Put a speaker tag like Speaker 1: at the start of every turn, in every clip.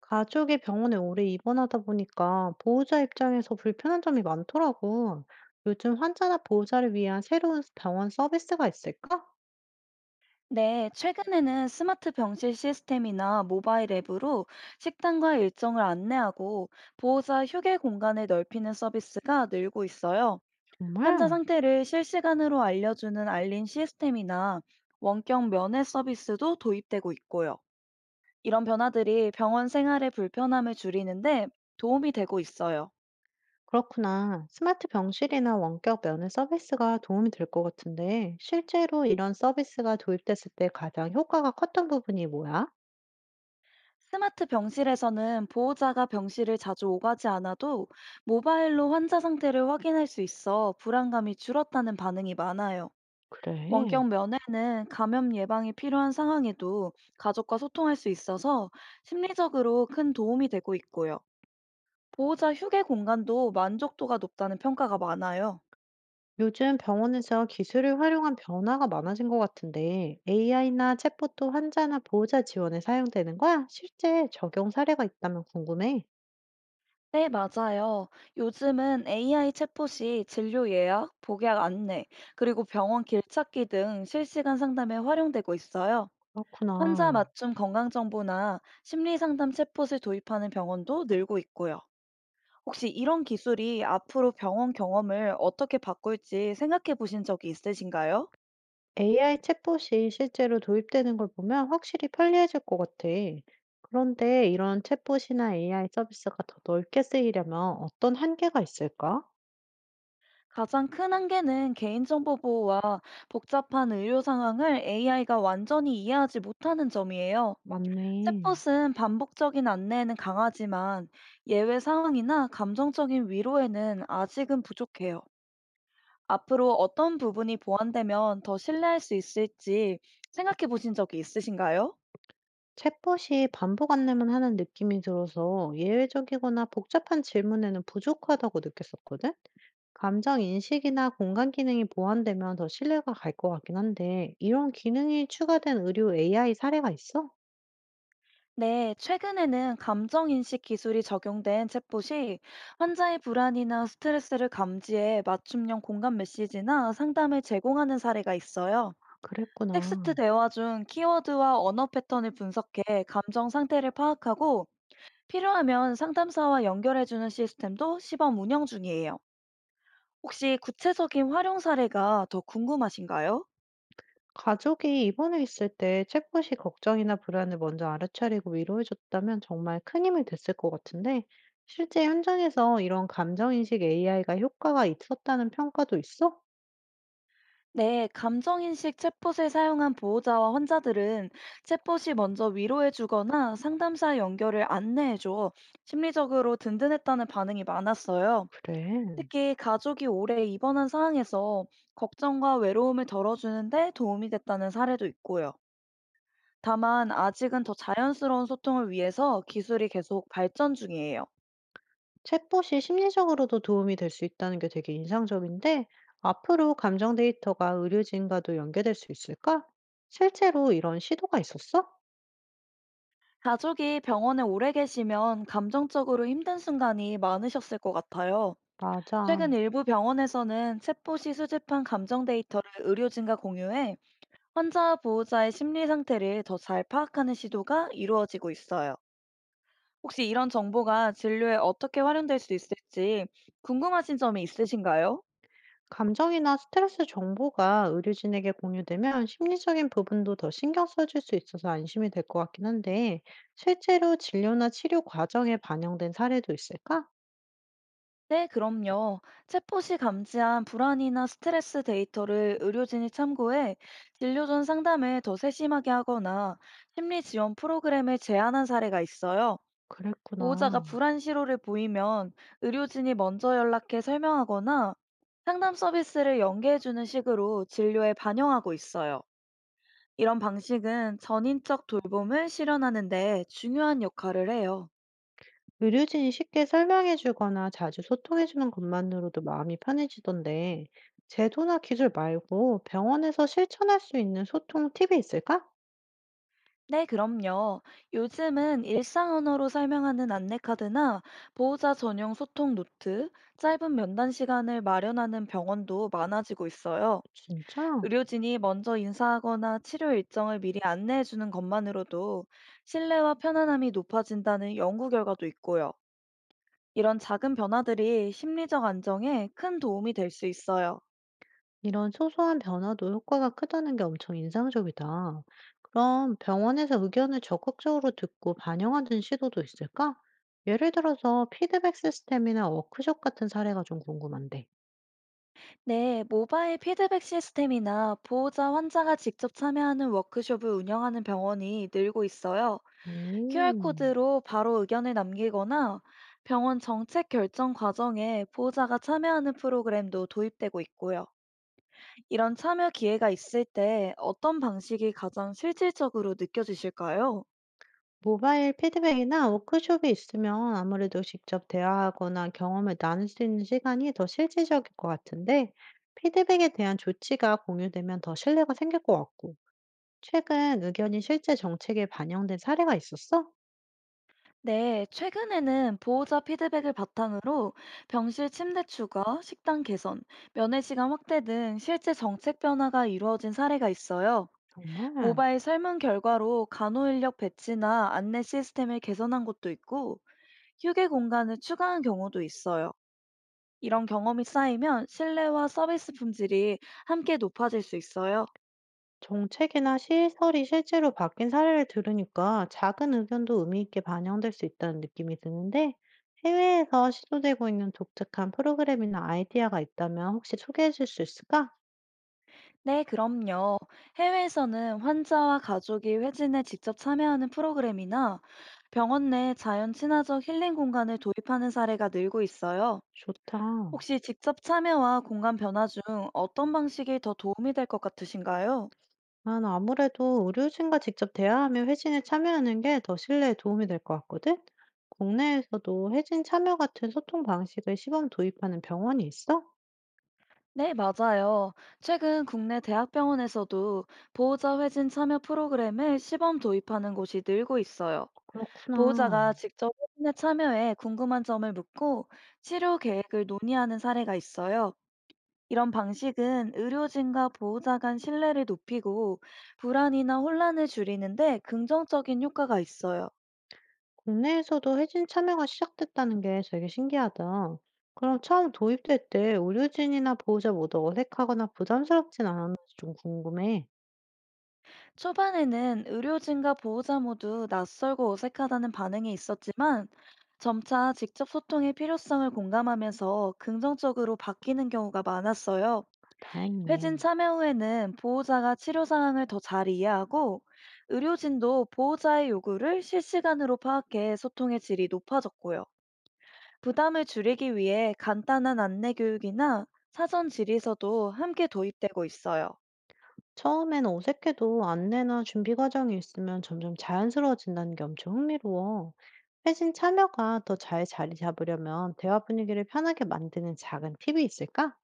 Speaker 1: 가족이 병원에 오래 입원하다 보니까 보호자 입장에서 불편한 점이 많더라고. 요즘 환자나 보호자를 위한 새로운 병원 서비스가 있을까?
Speaker 2: 네, 최근에는 스마트 병실 시스템이나 모바일 앱으로 식단과 일정을 안내하고 보호자 휴게 공간을 넓히는 서비스가 늘고 있어요. 환자
Speaker 1: 정말?
Speaker 2: 상태를 실시간으로 알려주는 알림 시스템이나 원격 면회 서비스도 도입되고 있고요. 이런 변화들이 병원 생활의 불편함을 줄이는데 도움이 되고 있어요.
Speaker 1: 그렇구나. 스마트 병실이나 원격 면회 서비스가 도움이 될 것 같은데, 실제로 이런 서비스가 도입됐을 때 가장 효과가 컸던 부분이 뭐야?
Speaker 2: 스마트 병실에서는 보호자가 병실을 자주 오가지 않아도 모바일로 환자 상태를 확인할 수 있어 불안감이 줄었다는 반응이 많아요.
Speaker 1: 그래.
Speaker 2: 원격 면회는 감염 예방이 필요한 상황에도 가족과 소통할 수 있어서 심리적으로 큰 도움이 되고 있고요. 보호자 휴게 공간도 만족도가 높다는 평가가 많아요.
Speaker 1: 요즘 병원에서 기술을 활용한 변화가 많아진 것 같은데 AI나 챗봇도 환자나 보호자 지원에 사용되는 거야? 실제 적용 사례가 있다면 궁금해.
Speaker 2: 네, 맞아요. 요즘은 AI 챗봇이 진료 예약, 복약 안내, 그리고 병원 길찾기 등 실시간 상담에 활용되고 있어요. 환자
Speaker 1: 그렇구나.
Speaker 2: 맞춤 건강정보나 심리상담 챗봇을 도입하는 병원도 늘고 있고요. 혹시 이런 기술이 앞으로 병원 경험을 어떻게 바꿀지 생각해 보신 적이 있으신가요?
Speaker 1: AI 챗봇이 실제로 도입되는 걸 보면 확실히 편리해질 것 같아. 그런데 이런 챗봇이나 AI 서비스가 더 넓게 쓰이려면 어떤 한계가 있을까?
Speaker 2: 가장 큰 한계는 개인정보 보호와 복잡한 의료 상황을 AI가 완전히 이해하지 못하는 점이에요.
Speaker 1: 맞네.
Speaker 2: 챗봇은 반복적인 안내에는 강하지만 예외 상황이나 감정적인 위로에는 아직은 부족해요. 앞으로 어떤 부분이 보완되면 더 신뢰할 수 있을지 생각해 보신 적이 있으신가요?
Speaker 1: 챗봇이 반복 안내만 하는 느낌이 들어서 예외적이거나 복잡한 질문에는 부족하다고 느꼈었거든? 감정 인식이나 공간 기능이 보완되면 더 신뢰가 갈 것 같긴 한데, 이런 기능이 추가된 의료 AI 사례가 있어?
Speaker 2: 네, 최근에는 감정인식 기술이 적용된 챗봇이 환자의 불안이나 스트레스를 감지해 맞춤형 공감 메시지나 상담을 제공하는 사례가 있어요.
Speaker 1: 아, 그랬구나.
Speaker 2: 텍스트 대화 중 키워드와 언어 패턴을 분석해 감정 상태를 파악하고 필요하면 상담사와 연결해주는 시스템도 시범 운영 중이에요. 혹시 구체적인 활용 사례가 더 궁금하신가요?
Speaker 1: 가족이 입원해 있을 때 챗봇이 걱정이나 불안을 먼저 알아차리고 위로해줬다면 정말 큰 힘이 됐을 것 같은데, 실제 현장에서 이런 감정 인식 AI가 효과가 있었다는 평가도 있어?
Speaker 2: 네, 감정인식 챗봇을 사용한 보호자와 환자들은 챗봇이 먼저 위로해주거나 상담사 연결을 안내해줘 심리적으로 든든했다는 반응이 많았어요.
Speaker 1: 그래.
Speaker 2: 특히 가족이 오래 입원한 상황에서 걱정과 외로움을 덜어주는데 도움이 됐다는 사례도 있고요. 다만 아직은 더 자연스러운 소통을 위해서 기술이 계속 발전 중이에요.
Speaker 1: 챗봇이 심리적으로도 도움이 될 수 있다는 게 되게 인상적인데, 앞으로 감정 데이터가 의료진과도 연계될 수 있을까? 실제로 이런 시도가 있었어?
Speaker 2: 가족이 병원에 오래 계시면 감정적으로 힘든 순간이 많으셨을 것 같아요.
Speaker 1: 맞아.
Speaker 2: 최근 일부 병원에서는 챗봇이 수집한 감정 데이터를 의료진과 공유해 환자 보호자의 심리 상태를 더 잘 파악하는 시도가 이루어지고 있어요. 혹시 이런 정보가 진료에 어떻게 활용될 수 있을지 궁금하신 점이 있으신가요?
Speaker 1: 감정이나 스트레스 정보가 의료진에게 공유되면 심리적인 부분도 더 신경 써줄 수 있어서 안심이 될 것 같긴 한데, 실제로 진료나 치료 과정에 반영된 사례도 있을까?
Speaker 2: 네, 그럼요. 챗봇이 감지한 불안이나 스트레스 데이터를 의료진이 참고해 진료 전 상담을 더 세심하게 하거나 심리 지원 프로그램을 제안한 사례가 있어요. 보호자가
Speaker 1: 그랬구나.
Speaker 2: 불안 신호를 보이면 의료진이 먼저 연락해 설명하거나 상담 서비스를 연계해주는 식으로 진료에 반영하고 있어요. 이런 방식은 전인적 돌봄을 실현하는 데 중요한 역할을 해요.
Speaker 1: 의료진이 쉽게 설명해 주거나 자주 소통해 주는 것만으로도 마음이 편해지던데, 제도나 기술 말고 병원에서 실천할 수 있는 소통 팁이 있을까?
Speaker 2: 네, 그럼요. 요즘은 일상 언어로 설명하는 안내카드나 보호자 전용 소통 노트, 짧은 면담 시간을 마련하는 병원도 많아지고 있어요.
Speaker 1: 진짜?
Speaker 2: 의료진이 먼저 인사하거나 치료 일정을 미리 안내해 주는 것만으로도 신뢰와 편안함이 높아진다는 연구 결과도 있고요. 이런 작은 변화들이 심리적 안정에 큰 도움이 될 수 있어요.
Speaker 1: 이런 소소한 변화도 효과가 크다는 게 엄청 인상적이다. 그럼 병원에서 의견을 적극적으로 듣고 반영하는 시도도 있을까? 예를 들어서 피드백 시스템이나 워크숍 같은 사례가 좀 궁금한데.
Speaker 2: 네, 모바일 피드백 시스템이나 보호자 환자가 직접 참여하는 워크숍을 운영하는 병원이 늘고 있어요.
Speaker 1: 오.
Speaker 2: QR코드로 바로 의견을 남기거나 병원 정책 결정 과정에 보호자가 참여하는 프로그램도 도입되고 있고요. 이런 참여 기회가 있을 때 어떤 방식이 가장 실질적으로 느껴지실까요?
Speaker 1: 모바일 피드백이나 워크숍이 있으면 아무래도 직접 대화하거나 경험을 나눌 수 있는 시간이 더 실질적일 것 같은데, 피드백에 대한 조치가 공유되면 더 신뢰가 생길 것 같고, 최근 의견이 실제 정책에 반영된 사례가 있었어?
Speaker 2: 네, 최근에는 보호자 피드백을 바탕으로 병실 침대 추가, 식당 개선, 면회 시간 확대 등 실제 정책 변화가 이루어진 사례가 있어요.
Speaker 1: 정말.
Speaker 2: 모바일 설문 결과로 간호 인력 배치나 안내 시스템을 개선한 곳도 있고, 휴게 공간을 추가한 경우도 있어요. 이런 경험이 쌓이면 신뢰와 서비스 품질이 함께 높아질 수 있어요.
Speaker 1: 정책이나 시설이 실제로 바뀐 사례를 들으니까 작은 의견도 의미 있게 반영될 수 있다는 느낌이 드는데, 해외에서 시도되고 있는 독특한 프로그램이나 아이디어가 있다면 혹시 소개해 줄 수 있을까?
Speaker 2: 네, 그럼요. 해외에서는 환자와 가족이 회진에 직접 참여하는 프로그램이나 병원 내 자연 친화적 힐링 공간을 도입하는 사례가 늘고 있어요.
Speaker 1: 좋다.
Speaker 2: 혹시 직접 참여와 공간 변화 중 어떤 방식이 더 도움이 될 것 같으신가요?
Speaker 1: 난 아무래도 의료진과 직접 대화하며 회진에 참여하는 게 더 신뢰에 도움이 될 것 같거든? 국내에서도 회진 참여 같은 소통 방식을 시범 도입하는 병원이 있어?
Speaker 2: 네, 맞아요. 최근 국내 대학병원에서도 보호자 회진 참여 프로그램을 시범 도입하는 곳이 늘고 있어요.
Speaker 1: 그렇구나.
Speaker 2: 보호자가 직접 회진에 참여해 궁금한 점을 묻고 치료 계획을 논의하는 사례가 있어요. 이런 방식은 의료진과 보호자 간 신뢰를 높이고 불안이나 혼란을 줄이는데 긍정적인 효과가 있어요.
Speaker 1: 국내에서도 회진 참여가 시작됐다는 게 되게 신기하다. 그럼 처음 도입될 때 의료진이나 보호자 모두 어색하거나 부담스럽진 않았는지 좀 궁금해.
Speaker 2: 초반에는 의료진과 보호자 모두 낯설고 어색하다는 반응이 있었지만 점차 직접 소통의 필요성을 공감하면서 긍정적으로 바뀌는 경우가 많았어요. 회진
Speaker 1: 다행이네.
Speaker 2: 참여 후에는 보호자가 치료 상황을 더 잘 이해하고 의료진도 보호자의 요구를 실시간으로 파악해 소통의 질이 높아졌고요. 부담을 줄이기 위해 간단한 안내 교육이나 사전 질의서도 함께 도입되고 있어요.
Speaker 1: 처음엔 어색해도 안내나 준비 과정이 있으면 점점 자연스러워진다는 게 엄청 흥미로워. 회신 참여가 더 잘 자리 잡으려면 대화 분위기를 편하게 만드는 작은 팁이 있을까?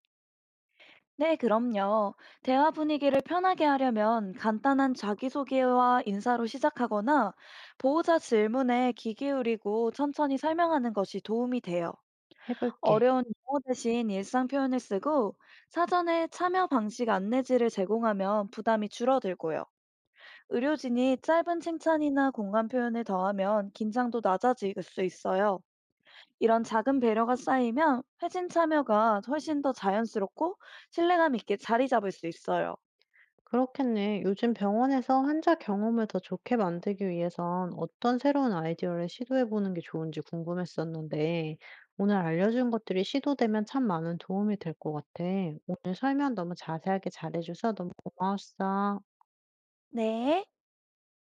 Speaker 2: 네, 그럼요. 대화 분위기를 편하게 하려면 간단한 자기소개와 인사로 시작하거나 보호자 질문에 귀 기울이고 천천히 설명하는 것이 도움이 돼요.
Speaker 1: 해볼게.
Speaker 2: 어려운 용어 대신 일상 표현을 쓰고 사전에 참여 방식 안내지를 제공하면 부담이 줄어들고요. 의료진이 짧은 칭찬이나 공감 표현을 더하면 긴장도 낮아질 수 있어요. 이런 작은 배려가 쌓이면 회진 참여가 훨씬 더 자연스럽고 신뢰감 있게 자리 잡을 수 있어요.
Speaker 1: 그렇겠네. 요즘 병원에서 환자 경험을 더 좋게 만들기 위해선 어떤 새로운 아이디어를 시도해보는 게 좋은지 궁금했었는데, 오늘 알려준 것들이 시도되면 참 많은 도움이 될 것 같아. 오늘 설명 너무 자세하게 잘해줘서 너무 고마웠어.
Speaker 2: 네.